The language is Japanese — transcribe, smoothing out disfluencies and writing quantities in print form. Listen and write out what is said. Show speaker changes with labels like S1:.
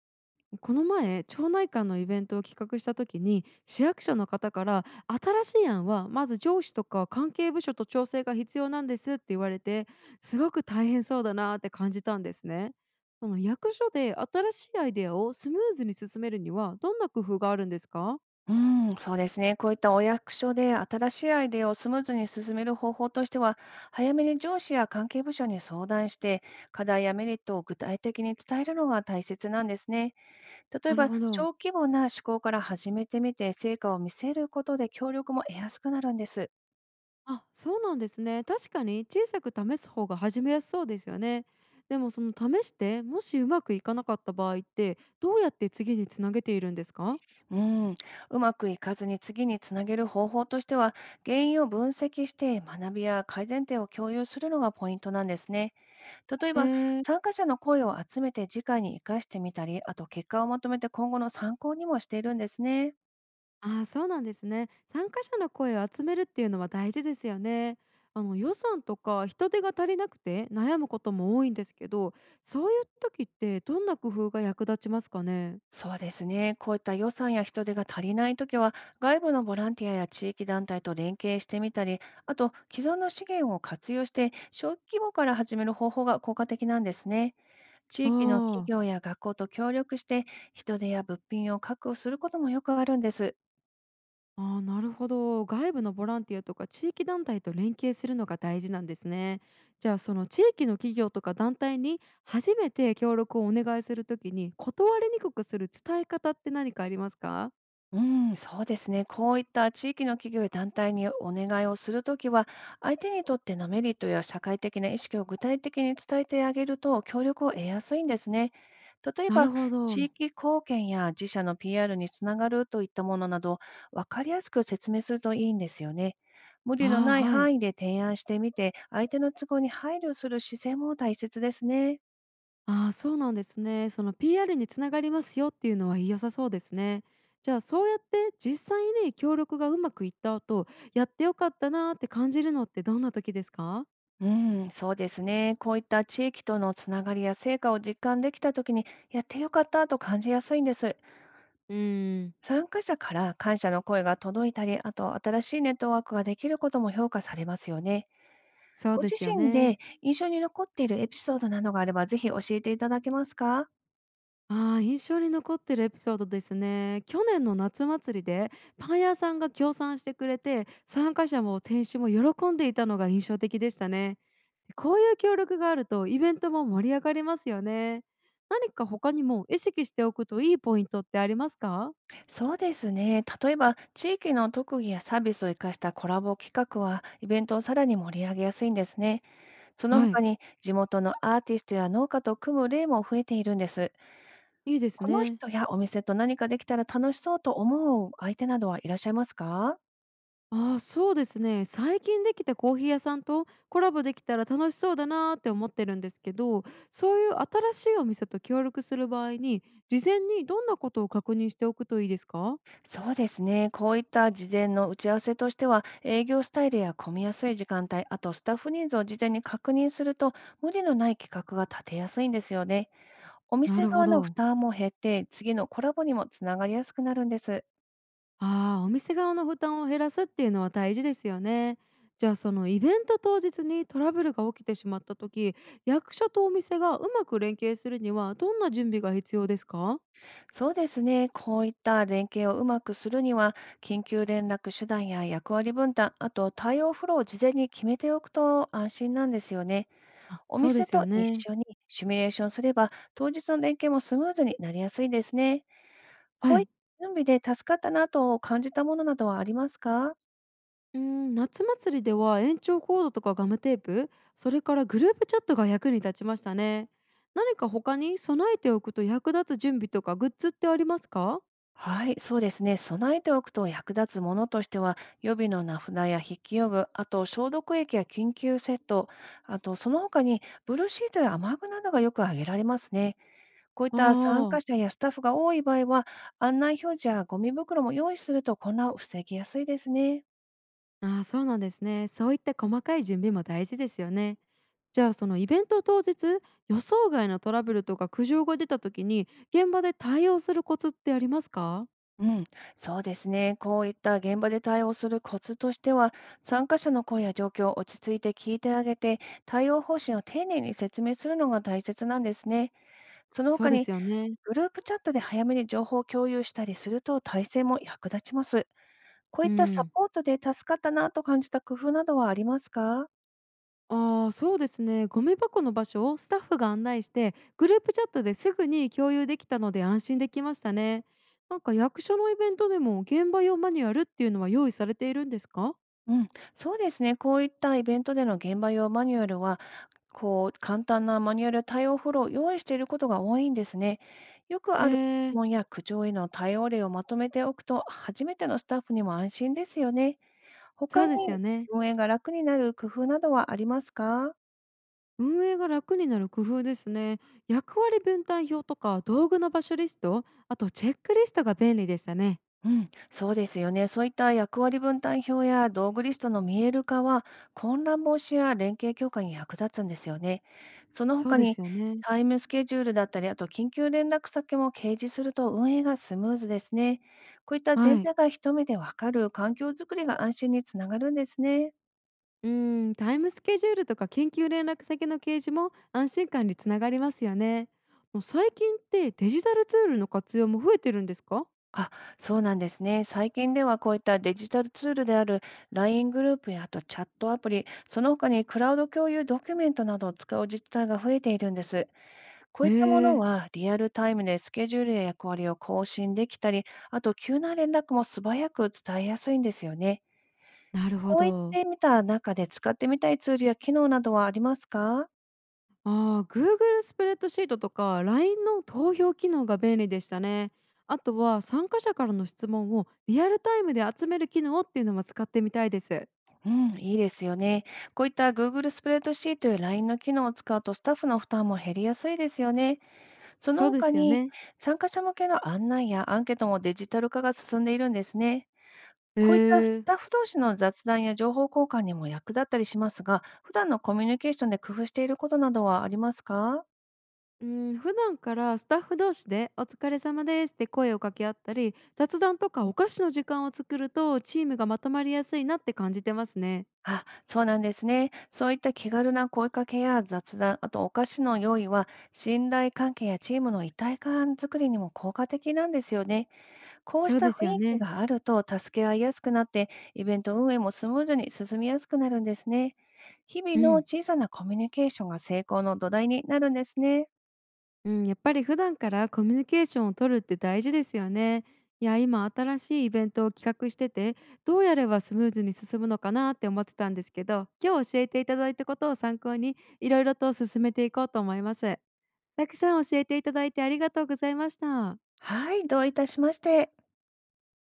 S1: この前町内会のイベントを企画した時に、市役所の方から「新しい案はまず上司とか関係部署と調整が必要なんです」って言われて、すごく大変そうだなって感じたんですね。その役所で新しいアイデアをスムーズに進めるにはどんな工夫があるんですか？
S2: うん、そうですね。こういったお役所で新しいアイデアをスムーズに進める方法としては、早めに上司や関係部署に相談して、課題やメリットを具体的に伝えるのが大切なんですね。例え
S1: なる
S2: ば、
S1: ほど。
S2: 小規模な思考から始めてみて、成果を見せることで協力も得やすくなるんです。
S1: あ、そうなんですね。確かに小さく試す方が始めやすそうですよね。でも、その試してもしうまくいかなかった場合って、どうやって次につなげているんですか？
S2: うん、うまくいかずに次につなげる方法としては、原因を分析して学びや改善点を共有するのがポイントなんですね。例え
S1: え
S2: ば、
S1: ー
S2: 参加者の声を集めて次回に生かしてみたり、あと結果をまとめて今後の参考にもしているんですね。
S1: ああ、そうなんですね。参加者の声を集めるっていうのは大事ですよね。あの、予算とか人手が足りなくて悩むことも多いんですけど、そういう時ってどんな工夫が役立ちますかね。
S2: そうですね。こういった予算や人手が足りないときは、外部のボランティアや地域団体と連携してみたり、あと既存の資源を活用して、小規模から始める方法が効果的なんですね。地
S1: あ
S2: 域の企
S1: あ、
S2: 業や学校と協力して、人手や物品を確保することもよくあるんです。
S1: ああ、なるほど。外部のボランティアとか地域団体と連携するのが大事なんですね。じゃあ、その地域の企業とか団体に初めて協力をお願いするときに、断りにくくする伝え方って何かありますか。
S2: うん、そうですね。こういった地域の企業や団体にお願いをするときは、相手にとってのメリットや社会的な意識を具体的に伝えてあげると、協力を得やすいんですね。例え
S1: な
S2: ば、
S1: るほど。
S2: 地域貢献や自社の PR につながるといったものなど、分かりやすく説明するといいんですよね。無理の
S1: あ
S2: ない
S1: あ、はい。
S2: 範囲で提案してみて、相手の都合に配慮する姿勢も大切ですね。
S1: ああ、そうなんですね。その PR につながりますよっていうのは良さそうですね。じゃあ、そうやって実際に協力がうまくいった後、やってよかったなーって感じるのってどんな時ですか？
S2: うん、そうですね。こういった地域とのつながりや成果を実感できたときに、やってよかったと感じやすいんです。
S1: うん、
S2: 参加者から感謝の声が届いたり、あと新しいネットワークができることも評価されますよね。
S1: そう
S2: ご
S1: で
S2: 自
S1: すよ
S2: 身で
S1: ね。
S2: 印象に残っているエピソードなどがあれば、ぜひ教えていただけますか？
S1: ああ、印象に残ってるエピソードですね。去年の夏祭りでパン屋さんが協賛してくれて、参加者も店主も喜んでいたのが印象的でしたね。こういう協力があるとイベントも盛り上がりますよね。何か他にも意識しておくといいポイントってありますか？
S2: そうですね。例えば、地域の特技やサービスを生かしたコラボ企画は、イベントをさらに盛り上げやすいんですね。その
S1: は
S2: 他
S1: い、
S2: に、地元のアーティストや農家と組む例も増えているんです。
S1: いいです
S2: この
S1: ね。
S2: 人やお店と何かできたら楽しそうと思う相手などはいらっしゃいますか？
S1: ああ、そうですね。最近できたコーヒー屋さんとコラボできたら楽しそうだなーって思ってるんですけど、そういう新しいお店と協力する場合に、事前にどんなことを確認しておくといいですか？
S2: そうですね。こういった事前の打ち合わせとしては、営業スタイルや混みやすい時間帯、あとスタッフ人数を事前に確認すると、無理のない企画が立てやすいんですよね。お
S1: な
S2: 店
S1: るほ
S2: 側の負
S1: ど。
S2: 担も減って、次のコラボにもつながりやすくなるんです。
S1: ああ、お店側の負担を減らすっていうのは大事ですよね。じゃあ、そのイベント当日にトラブルが起きてしまった時、役所とお店がうまく連携するにはどんな準備が必要ですか？
S2: そうですね。こういった連携をうまくするには、緊急連絡手段や役割分担、あと対応フローを事前に決めておくと安心なんですよね。
S1: あ、
S2: お
S1: そうで
S2: 店
S1: すよ
S2: と一
S1: ね。
S2: 緒にシミュレーションすれば、当日の連携もスムーズになりやすいですね。
S1: は
S2: こういっ
S1: い。
S2: た準備で助かったなと感じたものなどはありますか？
S1: うーん、夏祭りでは延長コードとかガムテープ、それからグループチャットが役に立ちましたね。何か他に備えておくと役立つ準備とかグッズってありますか？
S2: はい、そうですね。備えておくと役立つものとしては、予備の名札や筆記用具、あと消毒液や緊急セット、あとその他にブルーシートや雨具などがよく挙げられますね。こういっ
S1: あ
S2: た参加
S1: ー、
S2: 者やスタッフが多い場合は、案内表示やゴミ袋も用意すると混乱を防ぎやすいですね。
S1: あー、そうなんですね。そういった細かい準備も大事ですよね。じゃあ、そのイベント当日、予想外のトラブルとか苦情が出た時に現場で対応するコツってありますか？
S2: うん、そうですね。こういった現場で対応するコツとしては、参加者の声や状況を落ち着いて聞いてあげて、対応方針を丁寧に説明するのが大切なんですね。その
S1: そう
S2: 他
S1: で
S2: に、
S1: すよね。
S2: グループチャットで早めに情報を共有したりすると、体制も役立ちます。こう
S1: う
S2: いったサ
S1: ん。
S2: ポートで助かったなと感じた工夫などはありますか？
S1: ああ、そうですね。ゴミ箱の場所をスタッフが案内して、グループチャットですぐに共有できたので安心できましたね。なんか、役所のイベントでも現場用マニュアルっていうのは用意されているんですか？
S2: うん、そうですね。こういったイベントでの現場用マニュアルは、こう、簡単なマニュアルや対応フォローを用意していることが多いんですね。よく
S1: え
S2: ある質
S1: ー、
S2: 問や苦情への対応例をまとめておくと、初めてのスタッフにも安心ですよね。
S1: そ
S2: 他
S1: うですよ
S2: に
S1: ね。
S2: 運営が楽になる工夫などはありますか？
S1: 運営が楽になる工夫ですね。役割分担表とか道具の場所リスト、あとチェックリストが便利でしたね。
S2: うん、そうですよね。そういった役割分担表や道具リストの見える化は、混乱防止や連携強化に役立つんですよね。その
S1: そう
S2: 他
S1: で
S2: に、
S1: すよね。
S2: タイムスケジュールだったり、あと緊急連絡先も掲示すると運営がスムーズですね。こういった
S1: は
S2: 全
S1: い。
S2: 体が一目でわかる環境づくりが安心につながるんですね。
S1: うーん、タイムスケジュールとか緊急連絡先の掲示も安心感につながりますよね。もう最近ってデジタルツールの活用も増えてるんですか？
S2: あ、そうなんですね。最近ではこういったデジタルツールである LINE グループやあとチャットアプリ、その他にクラウド共有ドキュメントなどを使う自治体が増えているんです。こう
S1: え
S2: いったもの
S1: え、
S2: はリアルタイムでスケジュールや役割を更新できたり、あと急な連絡も素早く伝えやすいんですよね。
S1: なるほ
S2: こういっ
S1: ど。
S2: てみた中で使ってみたいツールや機能などはありますか？
S1: ああ、Google スプレッドシートとか、 LINE の投票機能が便利でしたね。あとは、参加者からの質問をリアルタイムで集める機能っていうのも使ってみたいです。
S2: うん、いいですよね。こういった Google スプレッドシートや LINE の機能を使うとスタッフの負担も減りやすいですよね。その
S1: そうで
S2: 他
S1: すよ
S2: に
S1: ね。
S2: 参加者向けの案内やアンケートもデジタル化が進んでいるんですね。
S1: え
S2: こういったス
S1: え、
S2: タッフ同士の雑談や情報交換にも役立ったりしますが、普段のコミュニケーションで工夫していることなどはありますか？
S1: うん、普段からスタッフ同士で「お疲れ様です」って声を掛け合ったり、雑談とかお菓子の時間を作るとチームがまとまりやすいなって感じてますね。
S2: あ、そうなんですね。そういった気軽な声かけや雑談、あとお菓子の用意は、信頼関係やチームの一体感作りにも効果的なんですよね。こうし
S1: そう
S2: た
S1: です
S2: 雰
S1: よ
S2: 囲気
S1: ね。
S2: があると助け合いやすくなって、イベント運営もスムーズに進みやすくなるんですね。日々
S1: う
S2: の
S1: ん、
S2: 小さなコミュニケーションが成功の土台になるんですね。
S1: うん、やっぱり普段からコミュニケーションを取るって大事ですよね。いや、今新しいイベントを企画してて、どうやればスムーズに進むのかなって思ってたんですけど、今日教えていただいたことを参考にいろいろと進めていこうと思います。たくさん教えていただいて、ありがとうございました。
S2: はい、どういたしまして。